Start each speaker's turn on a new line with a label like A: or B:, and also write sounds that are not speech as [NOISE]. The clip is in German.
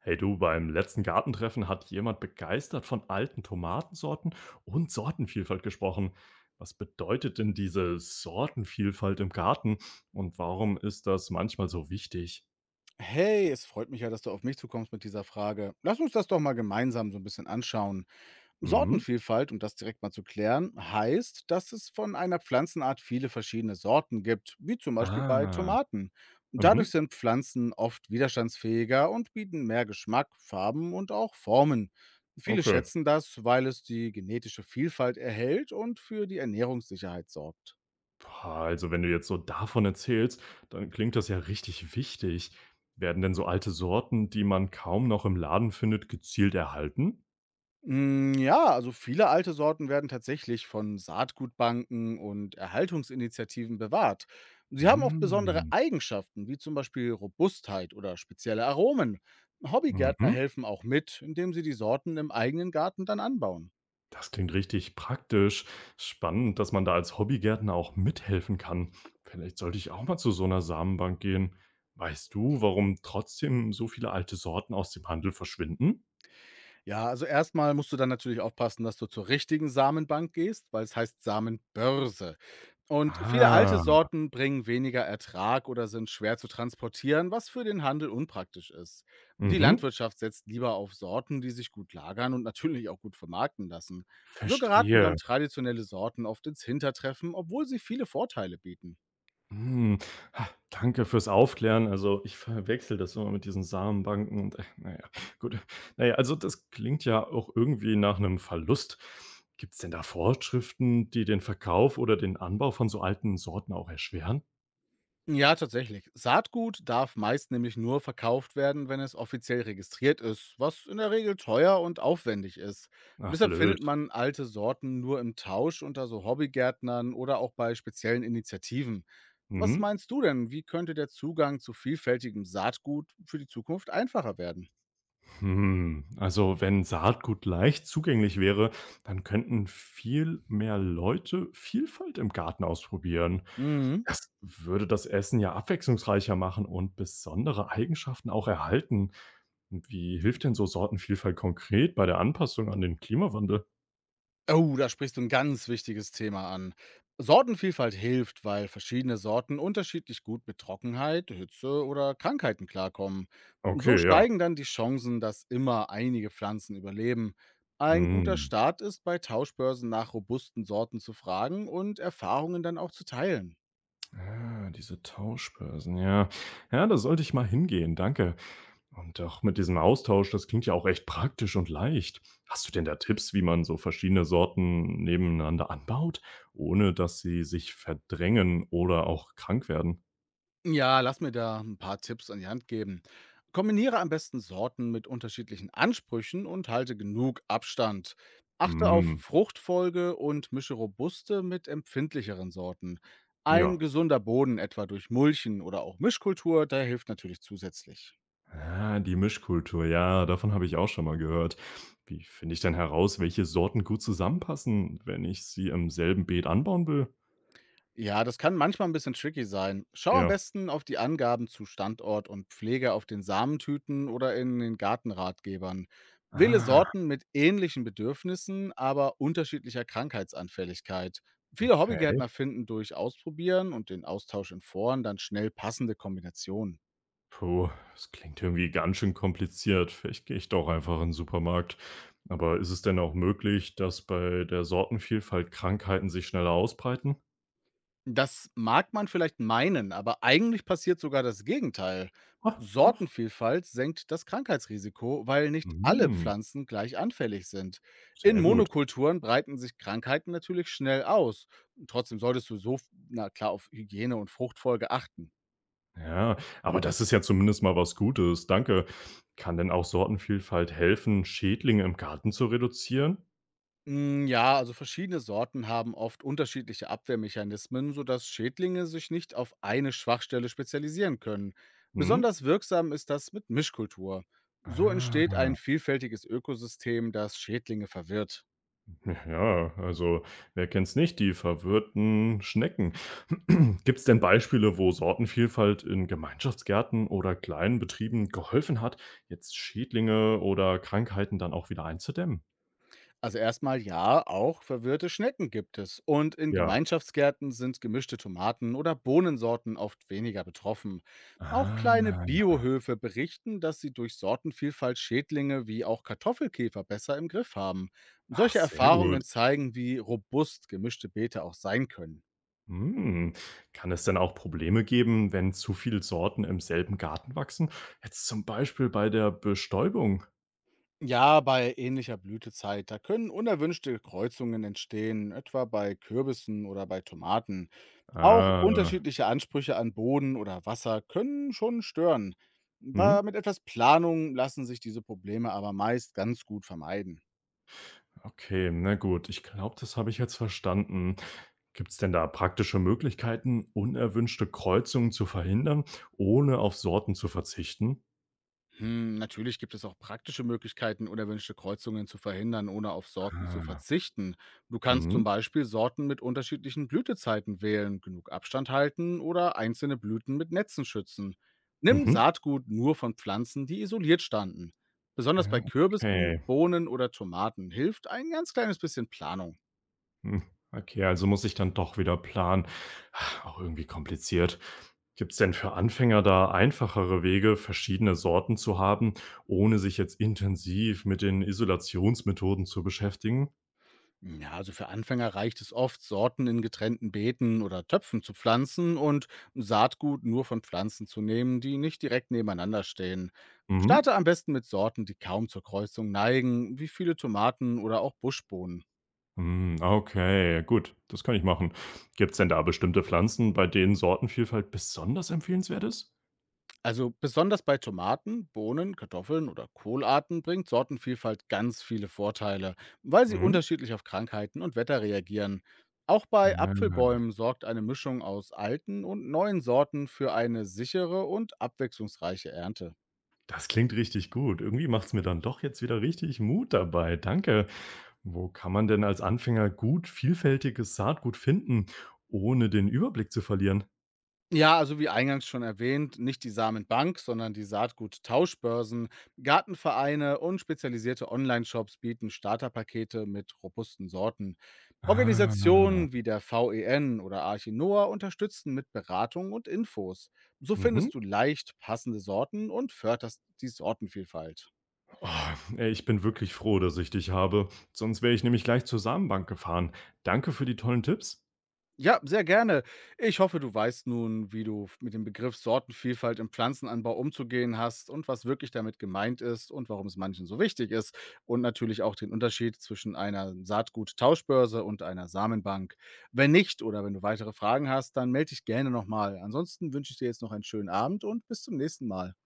A: Hey du, beim letzten Gartentreffen hat jemand begeistert von alten Tomatensorten und Sortenvielfalt gesprochen. Was bedeutet denn diese Sortenvielfalt im Garten und warum ist das manchmal so wichtig?
B: Hey, es freut mich ja, dass du auf mich zukommst mit dieser Frage. Lass uns das doch mal gemeinsam so ein bisschen anschauen.
A: Mhm.
B: Sortenvielfalt, um das direkt mal zu klären, heißt, dass es von einer Pflanzenart viele verschiedene Sorten gibt, wie zum Beispiel bei
A: Ah,
B: Tomaten. Dadurch
A: mhm.
B: sind Pflanzen oft widerstandsfähiger und bieten mehr Geschmack, Farben und auch Formen. Viele
A: Okay.
B: schätzen das, weil es die genetische Vielfalt erhält und für die Ernährungssicherheit sorgt.
A: Pah, also wenn du jetzt so davon erzählst, dann klingt das ja richtig wichtig. Werden denn so alte Sorten, die man kaum noch im Laden findet, gezielt erhalten?
B: Hm, ja, also viele alte Sorten werden tatsächlich von Saatgutbanken und Erhaltungsinitiativen bewahrt. Sie haben oft besondere
A: Mhm.
B: Eigenschaften, wie zum Beispiel Robustheit oder spezielle Aromen. Hobbygärtner
A: Mhm.
B: helfen auch mit, indem sie die Sorten im eigenen Garten dann anbauen.
A: Das klingt richtig praktisch. Spannend, dass man da als Hobbygärtner auch mithelfen kann. Vielleicht sollte ich auch mal zu so einer Samenbank gehen. Weißt du, warum trotzdem so viele alte Sorten aus dem Handel verschwinden?
B: Ja, also erstmal musst du dann natürlich aufpassen, dass du zur richtigen Samenbank gehst, weil es heißt Samenbörse. Und viele alte
A: Ah,
B: Sorten bringen weniger Ertrag oder sind schwer zu transportieren, was für den Handel unpraktisch ist. Die
A: mhm,
B: Landwirtschaft setzt lieber auf Sorten, die sich gut lagern und natürlich auch gut vermarkten lassen. So geraten dann
A: verstehe.
B: traditionelle Sorten oft ins Hintertreffen, obwohl sie viele Vorteile bieten.
A: Hm, ha, danke fürs Aufklären. Also ich verwechsel das immer mit diesen Samenbanken und naja, gut. Naja, also das klingt ja auch irgendwie nach einem Verlust. Gibt es denn da Vorschriften, die den Verkauf oder den Anbau von so alten Sorten auch erschweren?
B: Ja, tatsächlich. Saatgut darf meist nämlich nur verkauft werden, wenn es offiziell registriert ist, was in der Regel teuer und aufwendig ist.
A: Ach,
B: Deshalb findet
A: blöd.
B: man alte Sorten nur im Tausch unter so Hobbygärtnern oder auch bei speziellen Initiativen. Was
A: Mhm.
B: meinst du denn? Wie könnte der Zugang zu vielfältigem Saatgut für die Zukunft einfacher werden?
A: Hm, also wenn Saatgut leicht zugänglich wäre, dann könnten viel mehr Leute Vielfalt im Garten ausprobieren.
B: Mhm.
A: Das würde das Essen ja abwechslungsreicher machen und besondere Eigenschaften auch erhalten. Wie hilft denn so Sortenvielfalt konkret bei der Anpassung an den Klimawandel?
B: Oh, da sprichst du ein ganz wichtiges Thema an. Sortenvielfalt hilft, weil verschiedene Sorten unterschiedlich gut mit Trockenheit, Hitze oder Krankheiten klarkommen. So
A: Okay, ja.
B: steigen dann die Chancen, dass immer einige Pflanzen überleben. Ein guter
A: Hm.
B: Start ist, bei Tauschbörsen nach robusten Sorten zu fragen und Erfahrungen dann auch zu teilen.
A: Ah, diese Tauschbörsen, ja. Ja, da sollte ich mal hingehen, danke. Und auch mit diesem Austausch, das klingt ja auch echt praktisch und leicht. Hast du denn da Tipps, wie man so verschiedene Sorten nebeneinander anbaut, ohne dass sie sich verdrängen oder auch krank werden?
B: Ja, lass mir da ein paar Tipps an die Hand geben. Kombiniere am besten Sorten mit unterschiedlichen Ansprüchen und halte genug Abstand. Achte auf
A: Mm,
B: Fruchtfolge und mische robuste mit empfindlicheren Sorten.
A: ja.
B: Ein gesunder Boden, etwa durch Mulchen oder auch Mischkultur, der hilft natürlich zusätzlich.
A: Ah, die Mischkultur, ja, davon habe ich auch schon mal gehört. Wie finde ich denn heraus, welche Sorten gut zusammenpassen, wenn ich sie im selben Beet anbauen will?
B: Ja, das kann manchmal ein bisschen tricky sein. Schau am
A: Ja.
B: besten auf die Angaben zu Standort und Pflege auf den Samentüten oder in den Gartenratgebern. Wähle
A: Ah,
B: Sorten mit ähnlichen Bedürfnissen, aber unterschiedlicher Krankheitsanfälligkeit. Viele
A: okay.
B: Hobbygärtner finden durch Ausprobieren und den Austausch in Foren dann schnell passende Kombinationen.
A: Puh, das klingt irgendwie ganz schön kompliziert. Vielleicht gehe ich doch einfach in den Supermarkt. Aber ist es denn auch möglich, dass bei der Sortenvielfalt Krankheiten sich schneller ausbreiten?
B: Das mag man vielleicht meinen, aber eigentlich passiert sogar das Gegenteil.
A: Ah, doch.
B: Sortenvielfalt senkt das Krankheitsrisiko, weil nicht alle
A: Mhm,
B: Pflanzen gleich anfällig sind. In
A: sehr gut.
B: Monokulturen breiten sich Krankheiten natürlich schnell aus. Trotzdem solltest du so na klar auf Hygiene und Fruchtfolge achten.
A: Ja, aber das ist ja zumindest mal was Gutes, danke. Kann denn auch Sortenvielfalt helfen, Schädlinge im Garten zu reduzieren?
B: Hm, ja, also verschiedene Sorten haben oft unterschiedliche Abwehrmechanismen, sodass Schädlinge sich nicht auf eine Schwachstelle spezialisieren können.
A: Mhm?
B: Besonders wirksam ist das mit Mischkultur. So entsteht
A: Ah.
B: ein vielfältiges Ökosystem, das Schädlinge verwirrt.
A: Ja, also wer kennt's nicht, die verwirrten Schnecken. [CLEARS THROAT] Gibt's denn Beispiele, wo Sortenvielfalt in Gemeinschaftsgärten oder kleinen Betrieben geholfen hat, jetzt Schädlinge oder Krankheiten dann auch wieder einzudämmen?
B: Also erstmal ja, auch verwirrte Schnecken gibt es. Und in
A: Ja.
B: Gemeinschaftsgärten sind gemischte Tomaten oder Bohnensorten oft weniger betroffen. Auch
A: Ah,
B: kleine Biohöfe berichten, dass sie durch Sortenvielfalt Schädlinge wie auch Kartoffelkäfer besser im Griff haben.
A: ach,
B: Solche
A: sehr
B: Erfahrungen
A: gut.
B: zeigen, wie robust gemischte Beete auch sein können.
A: Hm. Kann es denn auch Probleme geben, wenn zu viele Sorten im selben Garten wachsen? Jetzt zum Beispiel bei der Bestäubung.
B: Ja, bei ähnlicher Blütezeit, da können unerwünschte Kreuzungen entstehen, etwa bei Kürbissen oder bei Tomaten. Auch
A: Ah.
B: unterschiedliche Ansprüche an Boden oder Wasser können schon stören. Aber
A: Mhm.
B: mit etwas Planung lassen sich diese Probleme aber meist ganz gut vermeiden.
A: Okay, na gut, ich glaube, das habe ich jetzt verstanden. Gibt es denn da praktische Möglichkeiten, unerwünschte Kreuzungen zu verhindern, ohne auf Sorten zu verzichten?
B: Hm, natürlich gibt es auch praktische Möglichkeiten, unerwünschte Kreuzungen zu verhindern, ohne auf Sorten zu
A: Ah,
B: verzichten. Du kannst
A: mhm,
B: zum Beispiel Sorten mit unterschiedlichen Blütezeiten wählen, genug Abstand halten oder einzelne Blüten mit Netzen schützen. Nimm
A: mhm,
B: Saatgut nur von Pflanzen, die isoliert standen. Besonders bei
A: ja,
B: Kürbissen,
A: okay.
B: Bohnen oder Tomaten hilft ein ganz kleines bisschen Planung.
A: Hm, okay, also muss ich dann doch wieder planen. Ah, auch irgendwie kompliziert. Gibt es denn für Anfänger da einfachere Wege, verschiedene Sorten zu haben, ohne sich jetzt intensiv mit den Isolationsmethoden zu beschäftigen?
B: Hm, ja, also für Anfänger reicht es oft, Sorten in getrennten Beeten oder Töpfen zu pflanzen und Saatgut nur von Pflanzen zu nehmen, die nicht direkt nebeneinander stehen.
A: Mhm.
B: Starte am besten mit Sorten, die kaum zur Kreuzung neigen, wie viele Tomaten oder auch Buschbohnen.
A: Hm, ah, okay, gut, das kann ich machen. Gibt es denn da bestimmte Pflanzen, bei denen Sortenvielfalt besonders empfehlenswert ist?
B: Also besonders bei Tomaten, Bohnen, Kartoffeln oder Kohlarten bringt Sortenvielfalt ganz viele Vorteile, weil sie
A: Mhm.
B: unterschiedlich auf Krankheiten und Wetter reagieren. Auch
A: Ah,
B: bei Apfelbäumen sorgt eine Mischung aus alten und neuen Sorten für eine sichere und abwechslungsreiche Ernte.
A: das klingt richtig gut. Irgendwie macht es mir dann doch jetzt wieder richtig Mut dabei. Danke. Wo kann man denn als Anfänger gut vielfältiges Saatgut finden, ohne den Überblick zu verlieren?
B: Ja, also wie eingangs schon erwähnt, nicht die Samenbank, sondern die Saatguttauschbörsen, Gartenvereine und spezialisierte Online-Shops bieten Starterpakete mit robusten Sorten.
A: Ah,
B: Organisationen wie der VEN oder Arche Noah unterstützen mit Beratung und Infos. So
A: mhm.
B: findest du leicht passende Sorten und förderst die Sortenvielfalt.
A: Oh, ey, ich bin wirklich froh, dass ich dich habe. Sonst wäre ich nämlich gleich zur Samenbank gefahren. Danke für die tollen Tipps.
B: Ja, sehr gerne. Ich hoffe, du weißt nun, wie du mit dem Begriff Sortenvielfalt im Pflanzenanbau umzugehen hast und was wirklich damit gemeint ist und warum es manchen so wichtig ist und natürlich auch den Unterschied zwischen einer Saatguttauschbörse und einer Samenbank. Wenn nicht oder wenn du weitere Fragen hast, dann melde dich gerne nochmal. Ansonsten wünsche ich dir jetzt noch einen schönen Abend und bis zum nächsten Mal.